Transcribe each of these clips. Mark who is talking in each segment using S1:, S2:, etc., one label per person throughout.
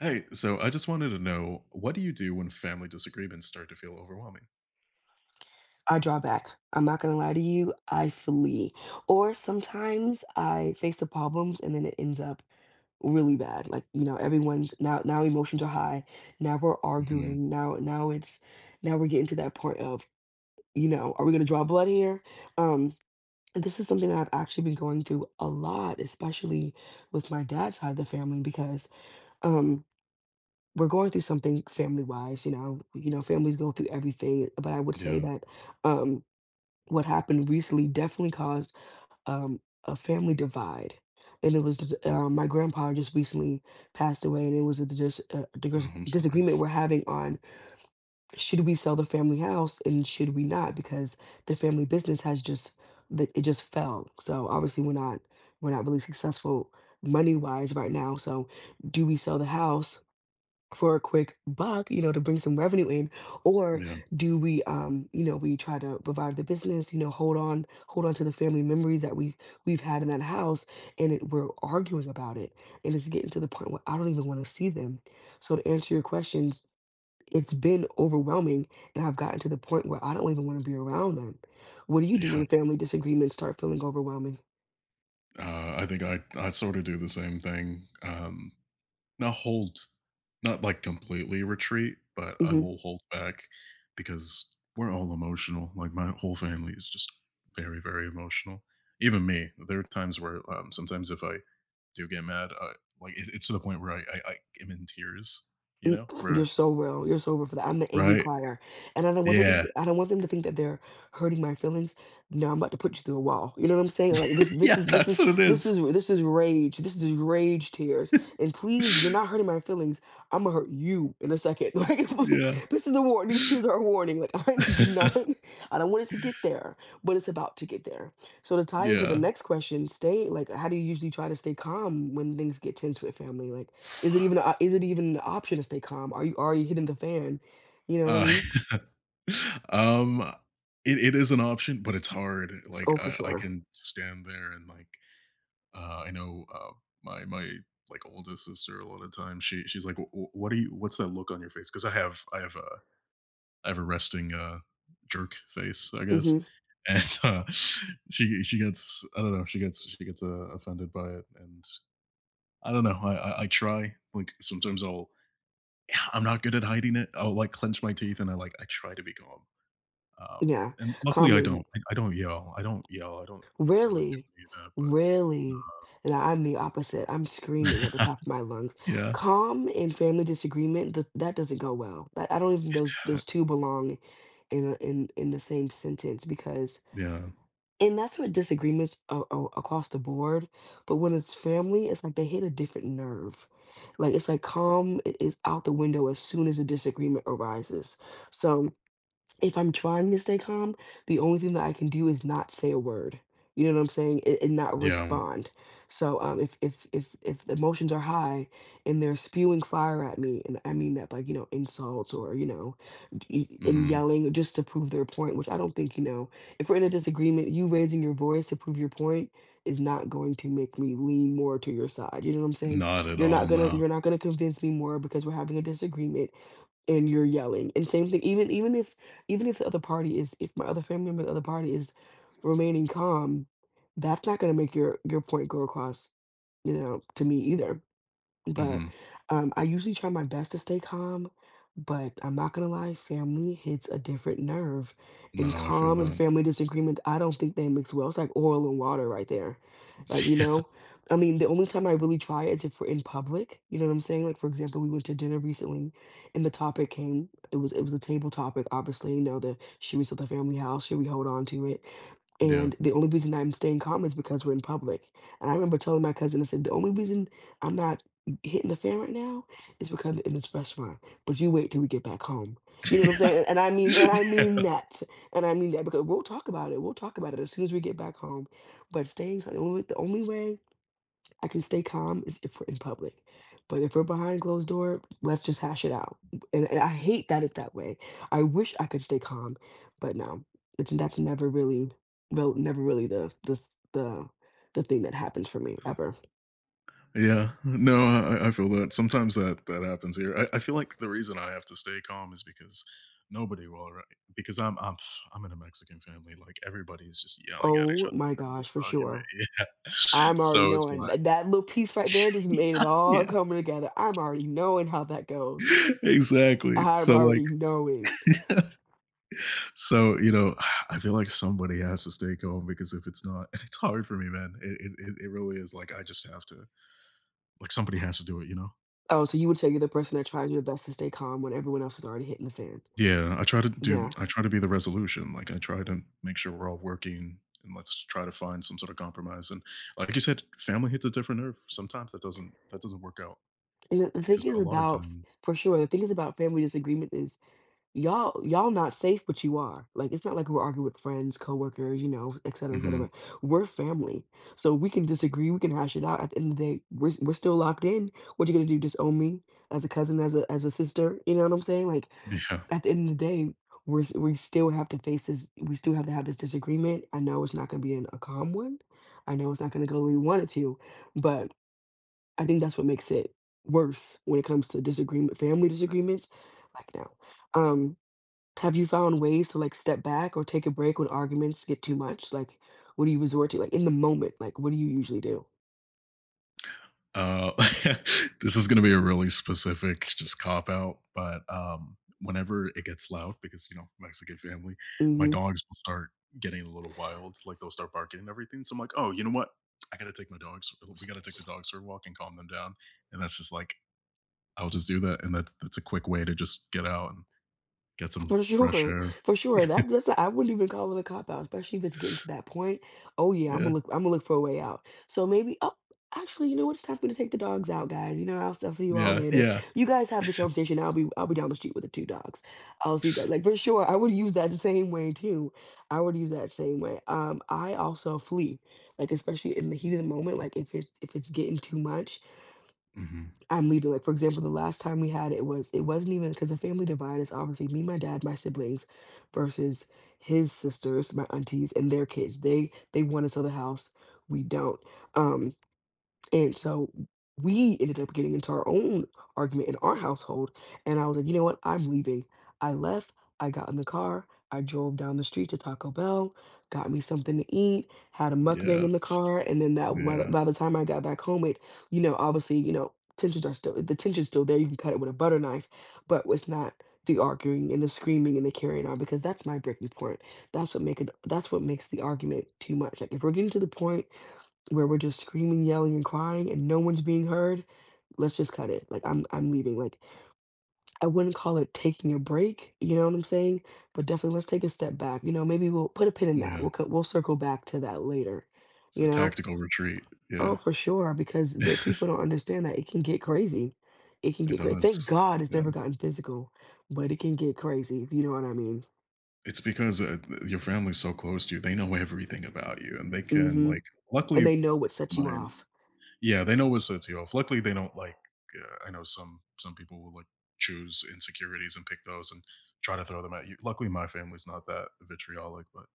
S1: Hey, so I just wanted to know, what do you do when family disagreements start to feel overwhelming?
S2: I draw back. I'm not gonna lie to you, I flee. Or sometimes I face the problems and then it ends up really bad. Like, you know, everyone now emotions are high. Now we're
S1: Hmm.
S2: arguing. Now it's now we're getting to that point of, you know, are we gonna draw blood here? Um and this is something that I've actually been going through a lot, especially with my dad's side of the family, because um we're going through something family wise, you know. You know, families go through everything, but I would say
S1: Yeah.
S2: that um what happened recently definitely caused, um, a family divide, and it was d my grandpa just recently passed away, and it was a
S1: Oh, I'm sorry.
S2: disagreement we're having on should we sell the family house and should we not, because the family business has just that it just fell, so obviously we're not really successful money-wise right now. So do we sell the house for a quick buck, you know, to bring some revenue in, or
S1: Yeah.
S2: do we, you know, we try to revive the business, you know, hold on to the family memories that we've had in that house, and it, we're arguing about it, and it's getting to the point where I don't even want to see them. So to answer your questions, it's been overwhelming, and I've gotten to the point where I don't even want to be around them. What do you do
S1: Yeah.
S2: when family disagreements start feeling overwhelming?
S1: I think I sort of do the same thing. Not hold, not like completely retreat, but I
S2: Hmm.
S1: will hold back because we're all emotional. Like my whole family is just very, very emotional. Even me. There are times where sometimes if I do get mad, I, like it's to the point where I am in tears, you know,
S2: Mm. You're
S1: where,
S2: so real. You're so real for that. I'm the angry
S1: right?
S2: crier, and I don't want them. To,
S1: Yeah.
S2: I don't want them to think that they're hurting my feelings. No, I'm about to put you through a wall. You know what I'm saying? Like this. This
S1: Yeah,
S2: is this
S1: that's
S2: is
S1: what it
S2: this
S1: is.
S2: is this is rage. This is rage tears. And please, you're not hurting my feelings. I'm gonna hurt you in a second.
S1: Yeah.
S2: Like this is a warning. These tears are a warning. Like I do not. I don't want it to get there, but it's about to get there. So to tie into the
S1: Yeah.
S2: next question, stay like. How do you usually try to stay calm when things get tense with family? Like. Is it even an option to stay calm? Are you already hitting the fan? You know what I
S1: Uh,
S2: mean?
S1: um, it is an option, but it's hard. Like,
S2: Oh, for
S1: I
S2: sure.
S1: can stand there and, like, I know, my my, like, oldest sister a lot of times, she's like, "Wh wh What do you what's that look on your face?" Because I have a resting, jerk face, I guess,
S2: Mhm.
S1: and she gets, I don't know, she gets, offended by it, and I don't know. I I try. Like sometimes I'll I'm not good at hiding it. I'll like clench my teeth and I like I try to be calm.
S2: Yeah.
S1: And luckily
S2: Calm
S1: I
S2: is
S1: don't. I don't yell. I don't yell. I don't really
S2: really,
S1: do any of that. But
S2: really and I'm the opposite. I'm screaming at the top of my lungs.
S1: yeah,
S2: Calm and family disagreement, that doesn't go well. That I don't even those
S1: it,
S2: those two belong in the same sentence because
S1: yeah,
S2: and that's what disagreements a across the board, but when it's family, it's like they hit a different nerve. Like, it's like calm I is out the window as soon as a disagreement arises. So if I'm trying to stay calm, the only thing that I can do is not say a word. You know what I'm saying? And not
S1: yeah.
S2: respond. So if the emotions are high and they're spewing fire at me, and I mean that like you know insults or you know, and
S1: Hmm.
S2: yelling just to prove their point, which I don't think you know. If we're in a disagreement, you raising your voice to prove your point is not going to make me lean more to your side. You know what I'm saying?
S1: Not at all. No.
S2: You're not gonna convince me more because we're having a disagreement and you're yelling. And same thing, even even if the other party is if my other family member, the other party is remaining calm, that's not gonna make your point go across, you know, to me either. But
S1: Hmm.
S2: I usually try my best to stay calm, but I'm not gonna lie, family hits a different nerve. And
S1: No, I feel
S2: calm and
S1: that.
S2: family disagreement, I don't think they mix well. It's like oil and water right there. Like, you know, I mean, the only time I really try is if we're in public. You know what I'm saying? Like, for example, we went to dinner recently, and the topic came. It was a table topic, obviously. You know, the should we sell the family house? Should we hold on to it?
S1: Yeah,
S2: And the only reason I'm staying calm is because we're in public. And I remember telling my cousin, I said, the only reason I'm not hitting the fan right now is because in this restaurant. But you wait till we get back home. You know what I'm saying? And I
S1: yeah.
S2: mean that. And I mean that because we'll talk about it. We'll talk about it as soon as we get back home. But staying the only way I can stay calm is if we're in public. But if we're behind closed door, let's just hash it out. And I hate that it's that way. I wish I could stay calm, but no. It's that's never really the the thing that happens for me ever.
S1: Yeah, no, I feel that. Sometimes that that happens here. I feel like the reason I have to stay calm is because nobody will. Right? Because I'm I'm in a Mexican family. Like everybody is just yelling at each
S2: Oh
S1: other.
S2: my
S1: Having
S2: gosh,
S1: this
S2: for
S1: argument,
S2: sure.
S1: yeah.
S2: I'm already
S1: So it's
S2: knowing
S1: like,
S2: that that little piece right there just made it all
S1: yeah,
S2: coming together. I'm already knowing how that goes.
S1: exactly.
S2: I'm
S1: So like,
S2: already knowing.
S1: so you know, I feel like somebody has to stay calm because if it's not, and it's hard for me, man. It really is. Like I just have to. Like somebody has to do it. You know.
S2: Oh, so you would say you're the person that tries your best to stay calm when everyone else is already hitting the fan.
S1: Yeah,
S2: Yeah.
S1: I try to be the resolution. Like, I try to make sure we're all working, and let's try to find some sort of compromise, and like you said, family hits a different nerve. Sometimes that doesn't work out
S2: And the thing
S1: because a
S2: is
S1: lot of
S2: about,
S1: times.
S2: for sure, the thing is about family disagreement is y'all not safe, but you are. Like, it's not like we're arguing with friends, coworkers, you know, et cetera, et
S1: Mhm.
S2: cetera. We're family. So we can disagree, we can hash it out. At the end of the day, we're still locked in. What you gonna do, disown me as a cousin, as a sister? You know what I'm saying? Like,
S1: Yeah.
S2: at the end of the day, we still have to face this we still have to have this disagreement. I know it's not gonna be an a calm one. I know it's not gonna go the way we want it to, but I think that's what makes it worse when it comes to disagreement family disagreements. Like, now. Um have you found ways to, like, step back or take a break when arguments get too much? Like, what do you resort to? Like, in the moment, like, what do you usually do?
S1: Uh, this is gonna be a really specific just cop out, but whenever it gets loud because, you know, Mexican family, my
S2: Mhm.
S1: dogs will start getting a little wild, like, they'll start barking and everything, so I'm like, "Oh, you know what? I gotta take my dogs, we gotta take the dogs for a walk and calm them down," and that's just like I'll just do that, and that's a quick way to just get out and get some
S2: For
S1: fresh
S2: sure,
S1: air.
S2: for sure. That, that's I wouldn't even call it a cop out, especially if it's getting to that point. Oh yeah, I'm
S1: Yeah,
S2: gonna look. I'm gonna look for a way out. So maybe. Oh, actually, you know what? It's time for me to take the dogs out, guys. You know, I'll see you all
S1: yeah,
S2: later.
S1: yeah.
S2: You guys have this conversation. I'll be down the street with the two dogs. I'll see you guys. Like for sure, I would use that the same way too. I would use that same way. I also flee, like especially in the heat of the moment. Like if it's getting too much
S1: Mhm.
S2: I'm leaving. Like for example, the last time we had it was it wasn't even because the family divide is obviously me, my dad, my siblings, versus his sisters, my aunties, and their kids. They want to sell the house. We don't. Um, and so we ended up getting into our own argument in our household. And I was like, you know what? I'm leaving. I left. I got in the car. I drove down the street to Taco Bell, got me something to eat, had a mukbang in the
S1: Yes.
S2: car. And then that
S1: Yeah,
S2: by the time I got back home, it, you know, obviously, you know, the tension's still there. You can cut it with a butter knife, but it's not the arguing and the screaming and the carrying on because that's my breaking point. That's what makes the argument too much. Like if we're getting to the point where we're just screaming, yelling, and crying, and no one's being heard, let's just cut it. Like I'm leaving. Like I wouldn't call it taking a break, you know what I'm saying? But definitely let's take a step back. You know, maybe we'll put a pin in that.
S1: yeah.
S2: We'll circle back to that later,
S1: It's
S2: you
S1: a
S2: know?
S1: tactical retreat,
S2: Oh,
S1: yeah.
S2: for sure, because the people don't understand that it can get crazy. It can
S1: It
S2: get crazy.
S1: does,
S2: Thank God it's never
S1: yeah.
S2: gotten physical, but it can get crazy, if you know what I mean.
S1: It's because, your family's so close to you, they know everything about you, and they can,
S2: Mm-hmm.
S1: like,
S2: And
S1: luckily,
S2: they know what sets you
S1: mine.
S2: off.
S1: Yeah, they know what sets you off. Luckily, they don't, like, I know some people will, like, choose insecurities and pick those and try to throw them at you. Luckily, my family's not that vitriolic, but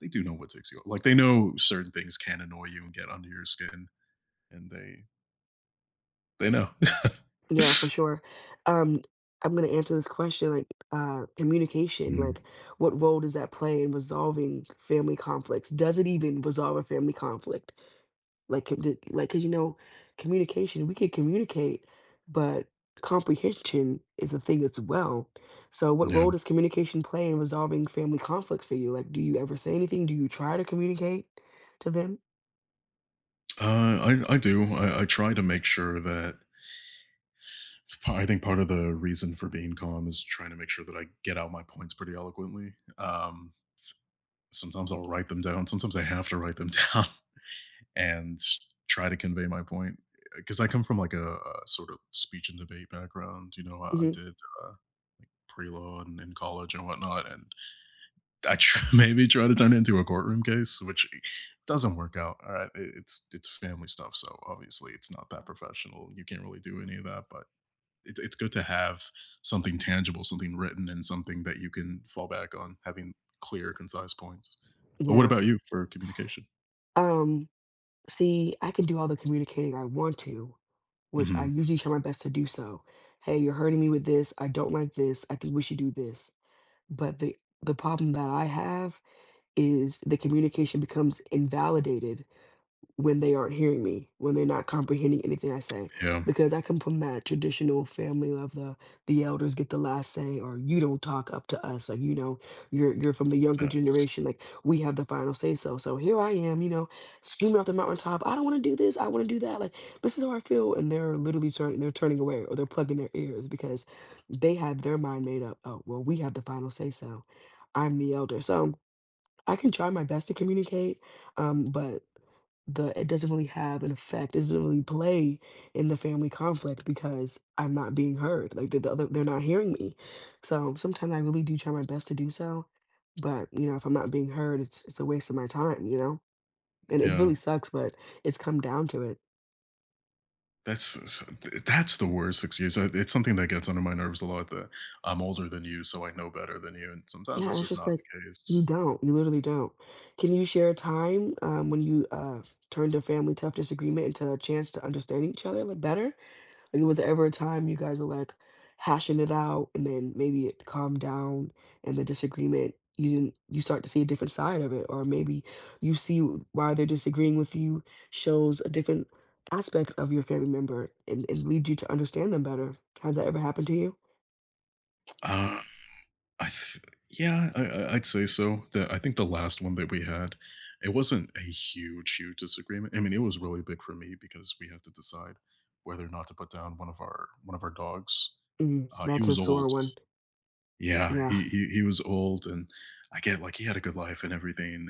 S1: they do know what ticks you off. Like they know certain things can annoy you and get under your skin, and they know.
S2: Yeah, for sure. Um, I'm gonna answer this question like communication. Like,
S1: Mhm.
S2: what role does that play in resolving family conflicts? Does it even resolve a family conflict? Like, could it- like, cause you know, communication. We can communicate, but comprehension is a thing as well. So, what
S1: Yeah,
S2: role does communication play in resolving family conflicts for you? Like, do you ever say anything? Do you try to communicate to them?
S1: I do. I try to make sure that I think part of the reason for being calm is trying to make sure that I get out my points pretty eloquently. Sometimes I'll write them down. Sometimes I have to write them down and try to convey my point, because I come from like a sort of speech and debate background. You know, I
S2: hmm
S1: did uh, pre law in college and whatnot, and maybe try to turn it into a courtroom case, which doesn't work out. All right, it's family stuff, so obviously it's not that professional. You can't really do any of that, but it's good to have something tangible, something written, and something that you can fall back on, having clear, concise points. But what
S2: Yeah.
S1: about you for communication?
S2: Um. See, I can do all the communicating I want to, which I
S1: Hmm.
S2: usually try my best to do so. Hey, you're hurting me with this. I don't like this. I think we should do this. But the problem that I have is the communication becomes invalidated when they aren't hearing me, when they're not comprehending anything I say.
S1: Yeah,
S2: Because I come from that traditional family of the elders get the last say or you don't talk up to us. Like, you know, you're from the younger
S1: that's
S2: generation, like we have the final say so. So here I am, you know, screaming off the mountaintop, I don't want to do this, I want to do that. Like this is how I feel. And they're literally turning away or they're plugging their ears because they have their mind made up. Oh, well, we have the final say so. I'm the elder. So I can try my best to communicate, but the it doesn't really have an effect. It doesn't really play in the family conflict because I'm not being heard. Like they're not hearing me. So sometimes I really do try my best to do so, but you know, if I'm not being heard, it's a waste of my time. You know, and it
S1: yeah,
S2: really sucks, but it's come down to it.
S1: that's that's the worst excuse. It's something that gets under my nerves a lot. That I'm older than you, so I know better than you, and sometimes
S2: Yeah,
S1: that's
S2: it's
S1: just
S2: just
S1: not
S2: like
S1: the
S2: you
S1: case.
S2: don't. You literally don't. Can you share a time when you turned a family tough disagreement into a chance to understand each other like better? Like, was there ever a time you guys were like hashing it out and then maybe it calmed down and the disagreement you didn't you start to see a different side of it or maybe you see why they're disagreeing with you shows a different aspect of your family member and leads you to understand them better. Has that ever happened to you?
S1: I th yeah, I I'd say so. The I think the last one that we had, it wasn't a huge, huge disagreement. I mean, it was really big for me because we had to decide whether or not to put down one of our dogs.
S2: Mm,
S1: He
S2: that's a
S1: was
S2: sore
S1: old.
S2: one.
S1: Yeah,
S2: Yeah.
S1: he he was old, and I get, like, he had a good life and everything,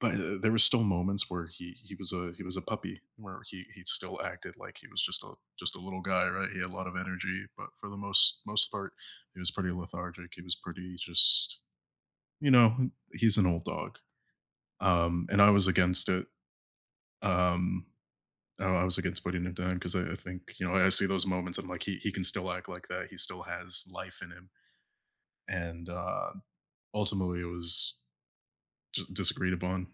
S1: but there was still moments where he was a puppy where he still acted like he was just a little guy, right? He had a lot of energy, but for the most part he was pretty lethargic, he was pretty just, you know, he's an old dog. And I was against it. um I was against putting him down because, I think, you know, I see those moments. I'm like, he can still act like that, he still has life in him. And ultimately it was d disagreed upon.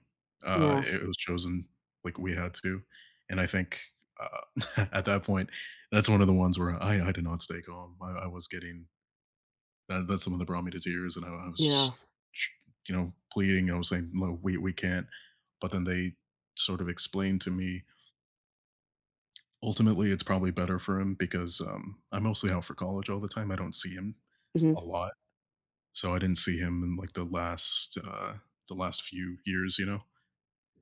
S2: Yeah.
S1: It was chosen, like we had to, and I think, at that point, that's one of the ones where I did not stay calm. I was getting that's the one that brought me to tears, and I was
S2: Yeah.
S1: just, you know, pleading. I was saying, "No, we can't." But then they sort of explained to me, ultimately, it's probably better for him because, I'm mostly out for college all the time. I don't see him
S2: hmm
S1: a lot, so I didn't see him in, like, the last few years, you know?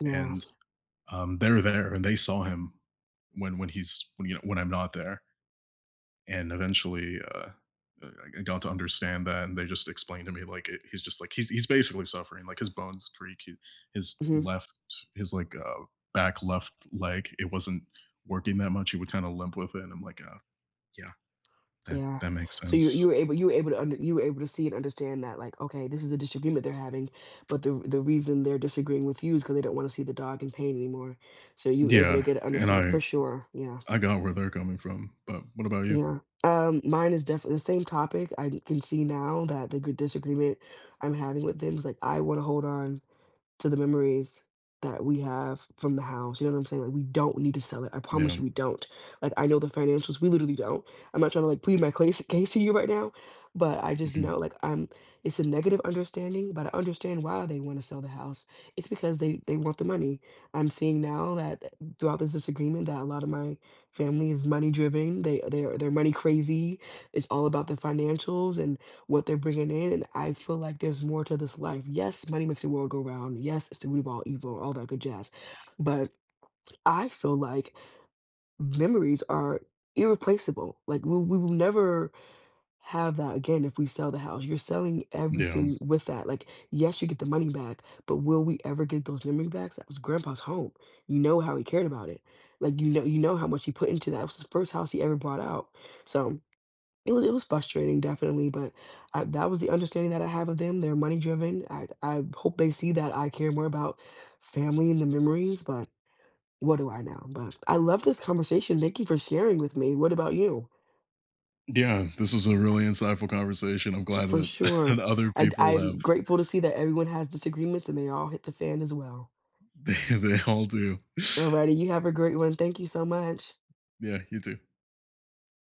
S2: Yeah.
S1: And they're there and they saw him when he's, when, you know, when I'm not there, and eventually I got to understand that, and they just explained to me like, he's just like, he's basically suffering. Like his bones creak, he, his
S2: hmm
S1: left, his like, back left leg, it wasn't working that much. He would kind of limp with it, and I'm like, yeah, that
S2: Yeah.
S1: that makes
S2: So you
S1: sense.
S2: you were able to under you were able to see and understand that like, okay, this is a disagreement they're having, but the reason they're disagreeing with you is because they don't want to see the dog in pain anymore. So you were able to
S1: Yeah,
S2: get an
S1: and
S2: understanding for sure. Yeah.
S1: I got where they're coming from, but what about you?
S2: Yeah. Mine is definitely the same topic. I can see now that the good disagreement I'm having with them is like I want to hold on to the memories that we have from the house, you know what I'm saying? Like, we don't need to sell it, I promise
S1: Yeah,
S2: you we don't. Like, I know the financials, we literally don't. I'm not trying to, like, plead my case to you right now, but I just
S1: hmm,
S2: know, like, I'm it's a negative understanding, but I understand why they wanna sell the house. It's because they want the money. I'm seeing now that throughout this disagreement that a lot of my family is money driven, they're money crazy, it's all about the financials, and what they're bringing in. And I feel like there's more to this life. Yes, money makes the world go round. Yes, it's the root of all evil, all that good jazz. But I feel like memories are irreplaceable. Like we will never have that again if we sell the house. You're selling
S1: yeah.
S2: everything with that. Like, yes, you get the money back, but will we ever get those memories back? That was grandpa's home. You know how he cared about it. Like you know how much he put into that. It was the first house he ever bought out. So it was frustrating, definitely, but I that was the understanding that I have of them. They're money driven. I hope they see that I care more about family and the memories, but what do I know? But I love this conversation. Thank you for sharing with me. What about you?
S1: Yeah, this was a really insightful conversation. I'm glad
S2: For
S1: that
S2: sure.
S1: other
S2: I
S1: people have.
S2: I'm grateful to see that everyone has disagreements and they all hit the fan as well.
S1: They all do.
S2: Alrighty, you have a great one. Thank you so much.
S1: Yeah, you too.